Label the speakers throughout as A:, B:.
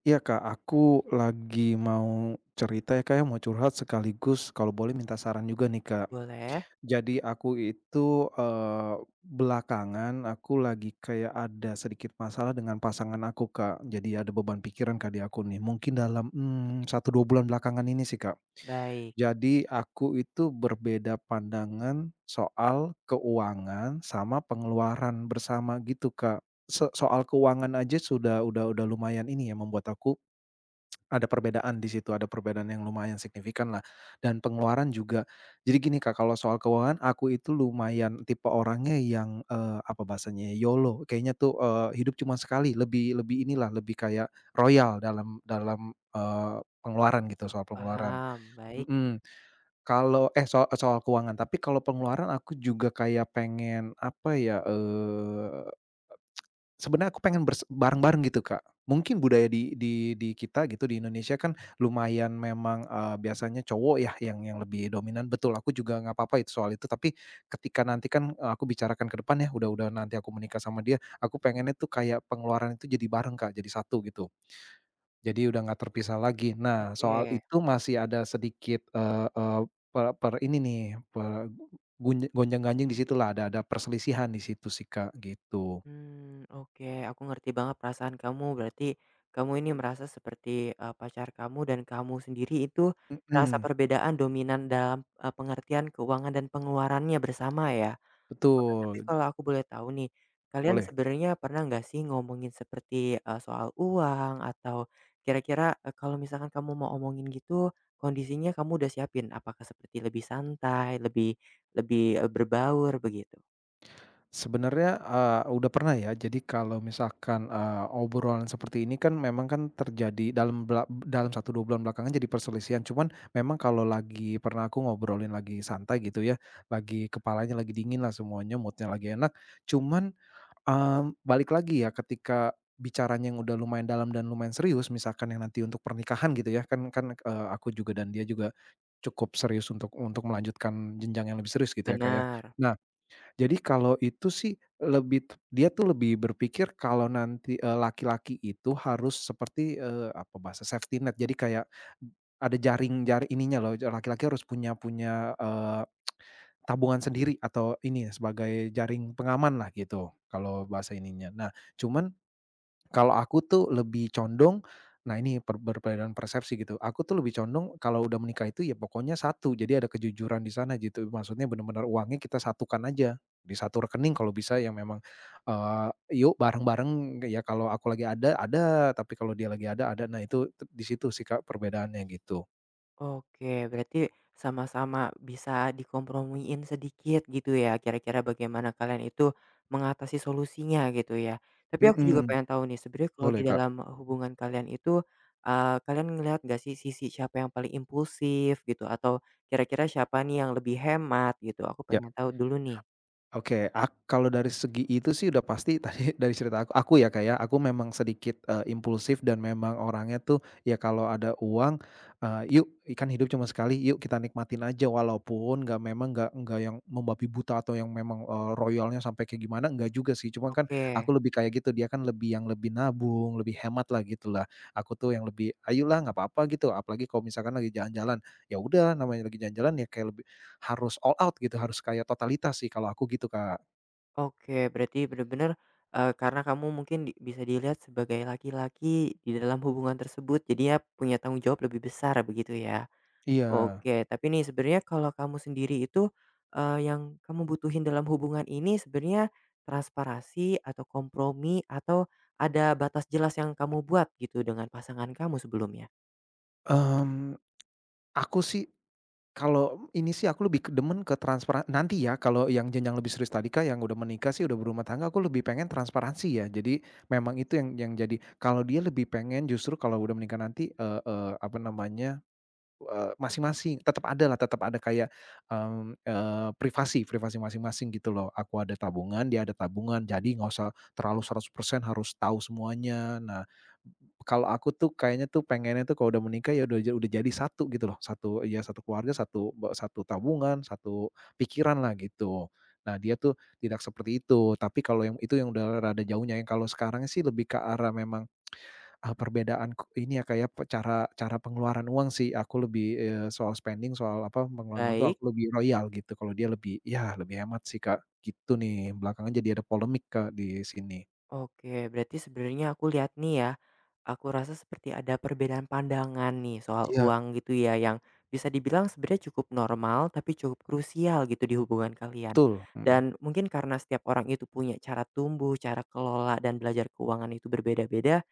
A: Iya Kak, aku lagi mau cerita ya Kak ya, mau curhat sekaligus kalau boleh minta saran juga nih Kak.
B: Boleh,
A: Jadi aku itu, belakangan aku lagi kayak ada sedikit masalah dengan pasangan aku Kak. Jadi ada beban pikiran Kak di aku nih, mungkin dalam, 1, 2 bulan belakangan ini sih Kak.
B: baik,
A: Jadi aku itu berbeda pandangan soal keuangan sama pengeluaran bersama gitu Kak. Soal keuangan aja sudah udah lumayan ini ya membuat aku ada perbedaan di situ, ada perbedaan yang lumayan signifikan lah dan pengeluaran juga. Jadi gini Kak, kalau soal keuangan aku itu lumayan tipe orangnya yang, apa bahasanya, ya, YOLO kayaknya tuh, hidup cuma sekali, lebih lebih inilah, lebih kayak royal dalam dalam, eee, pengeluaran gitu, soal pengeluaran.
B: paham, baik,
A: Mhm, kalau soal soal keuangan, tapi kalau pengeluaran aku juga kayak pengen, apa ya, eh, Sebenarnya aku pengen bareng-bareng gitu, Kak. Mungkin budaya di kita gitu, di Indonesia kan lumayan memang, biasanya cowok ya yang lebih dominan, betul aku juga nggak apa-apa itu soal itu, tapi ketika nanti kan, aku bicarakan ke depan ya, udah-udah nanti aku menikah sama dia, aku pengennya tuh kayak pengeluaran itu jadi bareng, Kak, jadi satu gitu. Jadi udah nggak terpisah lagi. Nah,
B: oke,
A: soal itu masih ada sedikit, eee eee, per per ini nih, per gunj gonjang-ganjing di situlah, ada perselisihan di situ sih, Kak, gitu.
B: hmm oke, aku ngerti banget perasaan kamu, berarti kamu ini merasa seperti, pacar kamu dan kamu sendiri itu terasa
A: Mhm.
B: perbedaan dominan dalam, pengertian keuangan dan pengeluarannya bersama ya? Oke, tapi
A: Betul,
B: kalau aku boleh tahu nih, kalian
A: boleh.
B: sebenarnya pernah nggak sih ngomongin seperti, soal uang atau kira-kira, kalau misalkan kamu mau omongin gitu, kondisinya kamu udah siapin? Apakah seperti lebih santai, lebih lebih, eee, berbaur begitu?
A: Sebenarnya, udah pernah ya, jadi kalau misalkan, obrolan seperti ini kan memang kan terjadi dalam dalam 1-2 bulan belakangan jadi perselisihan, cuman memang kalau lagi pernah aku ngobrolin lagi santai gitu ya, lagi kepalanya lagi dingin lah semuanya, moodnya lagi enak, cuman, balik lagi ya ketika bicaranya yang udah lumayan dalam dan lumayan serius, misalkan yang nanti untuk pernikahan gitu ya, kan kan, eee, aku juga dan dia juga cukup serius untuk melanjutkan jenjang yang lebih serius gitu ya, kayak.
B: Benar.
A: Nah, jadi kalau itu sih lebih dia tuh lebih berpikir kalau nanti, laki-laki itu harus seperti, apa bahasa safety net. Jadi kayak ada jaring jaring ininya loh, laki-laki harus punya punya, eee, tabungan sendiri atau ini ya, sebagai jaring pengaman lah gitu, kalau bahasa ininya. Nah, cuman kalau aku tuh lebih condong, nah ini perbedaan persepsi gitu, aku tuh lebih condong kalau udah menikah itu ya pokoknya satu, jadi ada kejujuran di sana gitu, maksudnya benar-benar uangnya kita satukan aja, di satu rekening kalau bisa yang memang, eee, yuk bareng-bareng ya kalau aku lagi ada, tapi kalau dia lagi ada, ada. Nah itu, di situ sih Kak perbedaannya gitu.
B: Oke, berarti sama-sama bisa dikompromiin sedikit gitu ya, kira-kira bagaimana kalian itu mengatasi solusinya gitu ya. Tapi aku juga
A: Mhm,
B: pengen tahu nih, sebenarnya kalau
A: boleh
B: di
A: Kak,
B: dalam hubungan kalian itu, kalian ngelihat gak sih sisi siapa yang paling impulsif gitu, atau kira-kira siapa nih yang lebih hemat gitu? Aku
A: ya.
B: pengen tahu dulu nih.
A: Oke, kalau dari segi itu sih udah pasti tadi dari cerita aku ya kayak aku memang sedikit, impulsif dan memang orangnya tuh ya kalau ada uang, "Yuk, ikan hidup cuma sekali, yuk kita nikmatin aja." Walaupun nggak memang nggak yang membabi buta atau yang memang, royalnya sampai kayak gimana, nggak juga sih. Cuma kan
B: Oke,
A: aku lebih kayak gitu, dia kan lebih yang lebih nabung, lebih hemat hematlah gitulah. Aku tuh yang lebih, "Ayolah nggak apa-apa," gitu, apalagi kalau misalkan lagi jalan-jalan, ya udah namanya lagi jalan-jalan ya kayak lebih harus all out gitu, harus kayak totalitas sih kalau aku gitu, Kak.
B: oke, berarti bener-bener, karena kamu mungkin di bisa dilihat sebagai laki-laki di dalam hubungan tersebut, jadinya punya tanggung jawab lebih besar begitu ya?
A: Iya.
B: Oke, tapi nih sebenarnya kalau kamu sendiri itu, yang kamu butuhin dalam hubungan ini sebenarnya transparansi atau kompromi atau ada batas jelas yang kamu buat gitu dengan pasangan kamu sebelumnya?
A: Mmm, aku sih kalau ini sih aku lebih ke demen ke transparan nanti ya kalau yang jenjang lebih serius tadi, Kak, yang udah menikah sih, udah berumah tangga, aku lebih pengen transparansi ya. Jadi memang itu yang jadi, kalau dia lebih pengen justru kalau udah menikah nanti, eee eee, apa namanya, masing-masing tetap ada lah, tetap ada kayak, privasi privasi masing-masing gitu loh. Aku ada tabungan, dia ada tabungan, jadi nggak usah terlalu 100% harus tahu semuanya. Nah, kalau aku tuh kayaknya tuh pengennya tuh kalau udah menikah ya udah udah jadi satu gitu loh, satu ya satu keluarga, satu satu tabungan, satu pikiran pikiranlah gitu. Nah dia tuh tidak seperti itu, tapi kalau yang itu yang udah rada jauhnya, yang kalau sekarang sih lebih ke arah memang, perbedaan ini ya kayak cara cara pengeluaran uang sih. Aku lebih, soal spending, soal apa, pengeluaran uang tuh
B: Baik.
A: aku lebih royal gitu, kalau dia lebih ya lebih hemat sih Kak, gitu nih. Belakangan jadi ada polemik Kak di sini.
B: Oke, berarti sebenarnya aku lihat nih ya, aku rasa seperti ada perbedaan pandangan nih soal
A: Iya,
B: uang gitu ya, yang bisa dibilang sebenarnya cukup normal tapi cukup krusial gitu di hubungan kalian.
A: betul, mhm.
B: Dan mungkin karena setiap orang itu punya cara tumbuh, cara kelola dan belajar keuangan itu berbeda-beda,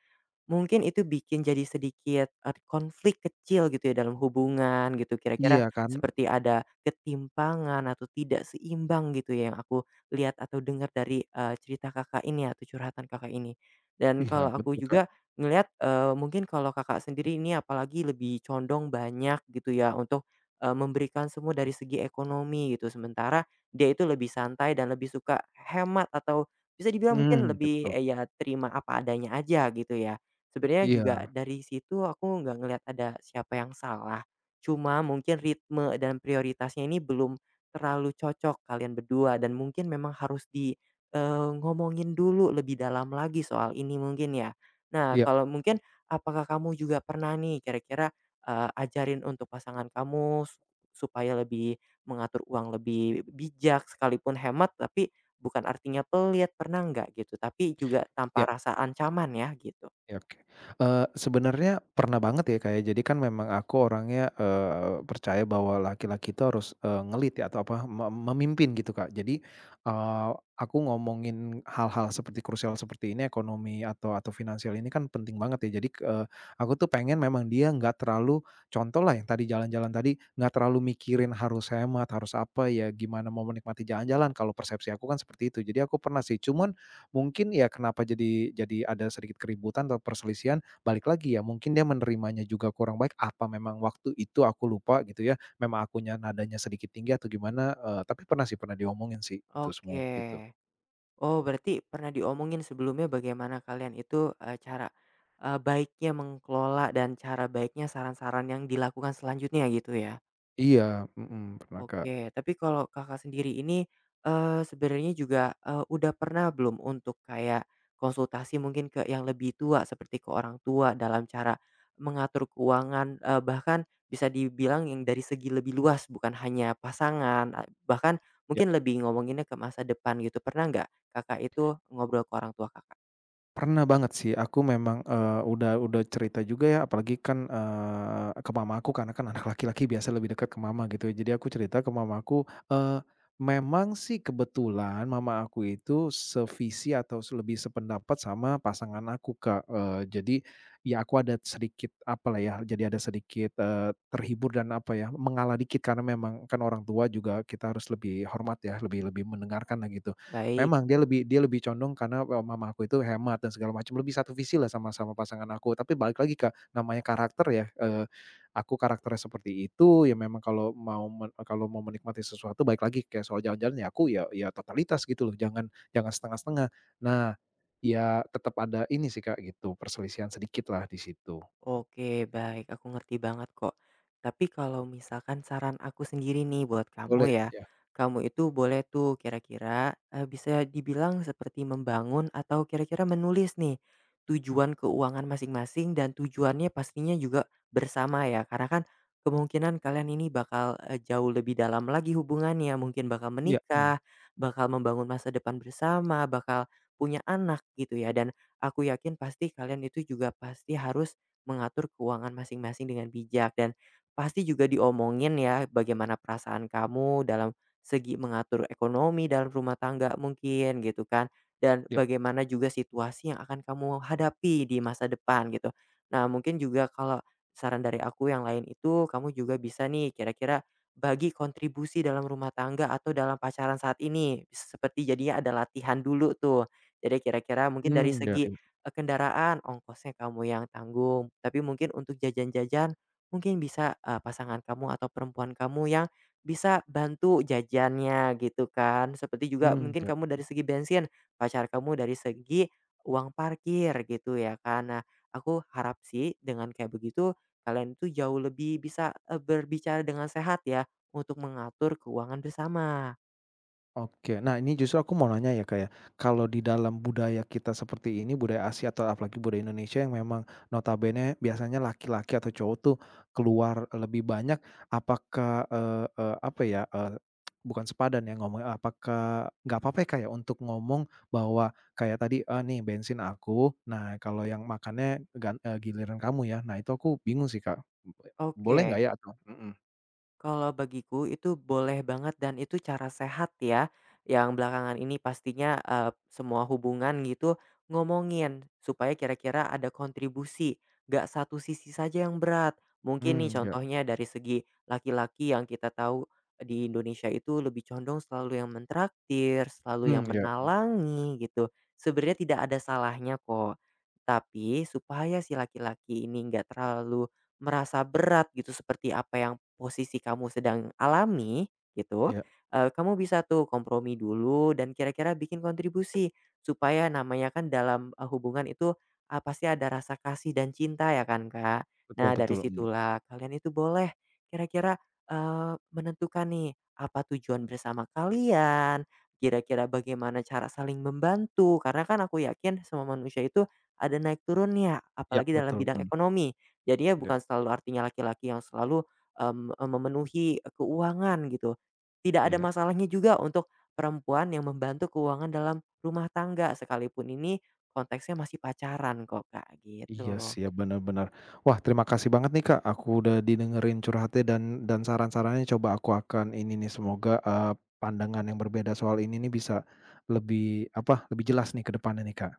B: mungkin itu bikin jadi sedikit, konflik kecil gitu ya dalam hubungan gitu, kira-kira
A: Iya kan?
B: seperti ada ketimpangan atau tidak seimbang gitu ya yang aku lihat atau dengar dari, cerita Kakak ini atau curhatan Kakak ini. Dan
A: Iya
B: kalau aku
A: betul Kak.
B: juga ngelihat, mungkin kalau Kakak sendiri ini apalagi lebih condong banyak gitu ya untuk, memberikan semua dari segi ekonomi gitu, sementara dia itu lebih santai dan lebih suka hemat atau bisa dibilang mungkin
A: Mmm,
B: lebih,
A: betul.
B: ya terima apa adanya aja gitu ya. Sebenarnya juga
A: Iya,
B: dari situ aku nggak ngelihat ada siapa yang salah, cuma mungkin ritme dan prioritasnya ini belum terlalu cocok kalian berdua dan mungkin memang harus di, ngomongin dulu lebih dalam lagi soal ini mungkin ya. Nah,
A: iya,
B: kalau mungkin apakah kamu juga pernah nih kira-kira, ajarin untuk pasangan kamu supaya lebih mengatur uang lebih bijak sekalipun hemat tapi bukan artinya pelit, pernah nggak gitu? Tapi juga
A: iya,
B: tanpa rasa ancaman ya gitu.
A: iya, oke. Sebenarnya pernah banget ya, Kak, ya. Jadi kan memang aku orangnya, percaya bahwa laki-laki itu harus, nge-lead ya atau apa, memimpin gitu, Kak. Jadi, eee, aku ngomongin hal-hal seperti krusial seperti ini, ekonomi atau finansial ini kan penting banget ya. Jadi, aku tuh pengen memang dia nggak terlalu contohlah yang tadi jalan-jalan tadi, nggak terlalu mikirin harus hemat, harus apa, ya gimana mau menikmati jalan-jalan, kalau persepsi aku kan seperti itu. Jadi aku pernah sih, cuman mungkin ya kenapa jadi ada sedikit keributan atau perselisihan, balik lagi ya mungkin dia menerimanya juga kurang baik, apa memang waktu itu aku lupa gitu ya, memang akunya nadanya sedikit tinggi atau gimana, tapi pernah sih, pernah diomongin sih, itu semua,
B: Oke.
A: gitu.
B: Oh berarti pernah diomongin sebelumnya bagaimana kalian itu, cara, baiknya mengelola dan cara baiknya saran-saran yang dilakukan selanjutnya gitu ya?
A: Iya, mhm, pernah Kak.
B: Oke, tapi kalau Kakak sendiri ini, sebenarnya juga, udah pernah belum untuk kayak konsultasi mungkin ke yang lebih tua seperti ke orang tua dalam cara mengatur keuangan, bahkan bisa dibilang yang dari segi lebih luas bukan hanya pasangan, a bahkan
A: Ya.
B: mungkin lebih ngomonginnya ke masa depan gitu, pernah nggak Kakak itu ngobrol ke orang tua Kakak?
A: Pernah banget sih, aku memang, udah cerita juga ya, apalagi kan, ke mama aku karena kan anak laki-laki biasa lebih dekat ke mama gitu ya. Jadi aku cerita ke mama aku, memang sih kebetulan mama aku itu sevisi atau lebih sependapat sama pasangan aku, Kak. Jadi ya aku ada sedikit apa lah ya, jadi ada sedikit, terhibur dan apa ya, mengalah dikit karena memang kan orang tua juga kita harus lebih hormat ya, lebih lebih mendengarkan lah gitu.
B: Baik.
A: Memang dia lebih condong karena, mama aku itu hemat dan segala macam, lebih satu visi lah sama sama pasangan aku. Tapi balik lagi Kak, namanya karakter ya, aku karakternya seperti itu, ya memang kalau mau menikmati sesuatu balik lagi kayak soal jalan-jalan ya aku ya totalitas gitu loh, jangan jangan setengah-setengah. Nah, ya tetap ada ini sih Kak gitu, perselisihan sedikit lah di situ.
B: Oke, baik, aku ngerti banget kok. Tapi kalau misalkan saran aku sendiri nih buat kamu
A: Boleh,
B: ya,
A: ya.
B: kamu itu boleh tuh kira-kira, bisa dibilang seperti membangun atau kira-kira menulis nih, tujuan keuangan masing-masing dan tujuannya pastinya juga bersama ya. Karena kan kemungkinan kalian ini bakal, jauh lebih dalam lagi hubungannya, mungkin bakal
A: Iya, mmm,
B: menikah, bakal membangun masa depan bersama, bakal punya anak gitu ya. Dan aku yakin pasti kalian itu juga pasti harus mengatur keuangan masing-masing dengan bijak dan pasti juga diomongin ya bagaimana perasaan kamu dalam segi mengatur ekonomi dalam rumah tangga mungkin gitu kan dan
A: iya.
B: bagaimana juga situasi yang akan kamu hadapi di masa depan gitu. Nah, mungkin juga kalau saran dari aku yang lain itu kamu juga bisa nih kira-kira bagi kontribusi dalam rumah tangga atau dalam pacaran saat ini seperti jadinya ada latihan dulu tuh. Jadi kira-kira mungkin
A: Mmm,
B: dari
A: iya,
B: segi
A: iya.
B: Kendaraan ongkosnya kamu yang tanggung, tapi mungkin untuk jajan-jajan mungkin bisa, pasangan kamu atau perempuan kamu yang bisa bantu jajannya gitu kan. Seperti juga
A: Mmm.
B: mungkin kamu dari segi bensin, pacar kamu dari segi uang parkir gitu ya kan. Nah, aku harap sih dengan kayak begitu kalian itu jauh lebih bisa, berbicara dengan sehat ya untuk mengatur keuangan bersama.
A: Oke. Nah, ini justru aku mau nanya ya, kayak kalau di dalam budaya kita seperti ini, budaya Asia atau apalagi budaya Indonesia yang memang notabene biasanya laki-laki atau cowok tuh keluar lebih banyak, apakah, eee eee, apa ya, bukan sepadan ya ngomong, apakah nggak apa-apa ya, kayak untuk ngomong bahwa kayak tadi, "Nih bensin aku, nah kalau yang makannya giliran kamu ya." Nah, itu aku bingung sih, Kak. Boleh
B: Oke.
A: nggak ya atau mhm,
B: Kalau bagiku itu boleh banget dan itu cara sehat ya, yang belakangan ini pastinya, semua hubungan gitu ngomongin supaya kira-kira ada kontribusi, gak satu sisi saja yang berat. Mungkin nih
A: mmm, ya,
B: contohnya dari segi laki-laki yang kita tahu di Indonesia itu lebih condong selalu yang mentraktir, selalu
A: hmm,
B: yang
A: ya,
B: menalangi gitu, sebenarnya tidak ada salahnya kok. Tapi supaya si laki-laki ini nggak terlalu merasa berat gitu seperti apa yang posisi kamu sedang alami gitu,
A: ya,
B: kamu bisa tuh kompromi dulu dan kira-kira bikin kontribusi supaya namanya kan dalam, hubungan itu, pasti ada rasa kasih dan cinta ya kan, Kak.
A: betul,
B: Nah dari
A: betul, mmm,
B: situlah kalian itu boleh kira-kira, menentukan nih apa tujuan bersama kalian, kira-kira bagaimana cara saling membantu karena kan aku yakin semua manusia itu ada naik turunnya
A: ya,
B: apalagi dalam
A: betul.
B: bidang ekonomi. Jadinya
A: Iya,
B: bukan selalu artinya laki-laki yang selalu memenuhi keuangan gitu. Tidak ada
A: iya.
B: masalahnya juga untuk perempuan yang membantu keuangan dalam rumah tangga, sekalipun ini konteksnya masih pacaran kok, Kak,
A: Iya
B: gitu.
A: sih ya, benar-benar. Wah terima kasih banget nih Kak, aku udah didengerin curhatnya dan saran-sarannya coba aku akan ini nih semoga, pandangan yang berbeda soal ini nih bisa lebih, apa, lebih jelas nih ke depannya nih Kak.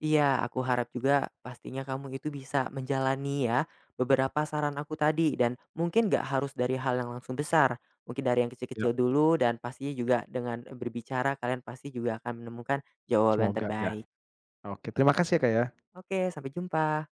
B: Iya, aku harap juga pastinya kamu itu bisa menjalani ya beberapa saran aku tadi dan mungkin nggak harus dari hal yang langsung besar, mungkin dari yang
A: Ya.
B: kecil-kecil dulu dan pastinya juga dengan berbicara kalian pasti juga akan menemukan jawaban
A: Semoga ya.
B: terbaik.
A: Oke terima kasih ya Kak ya.
B: Oke, sampai jumpa.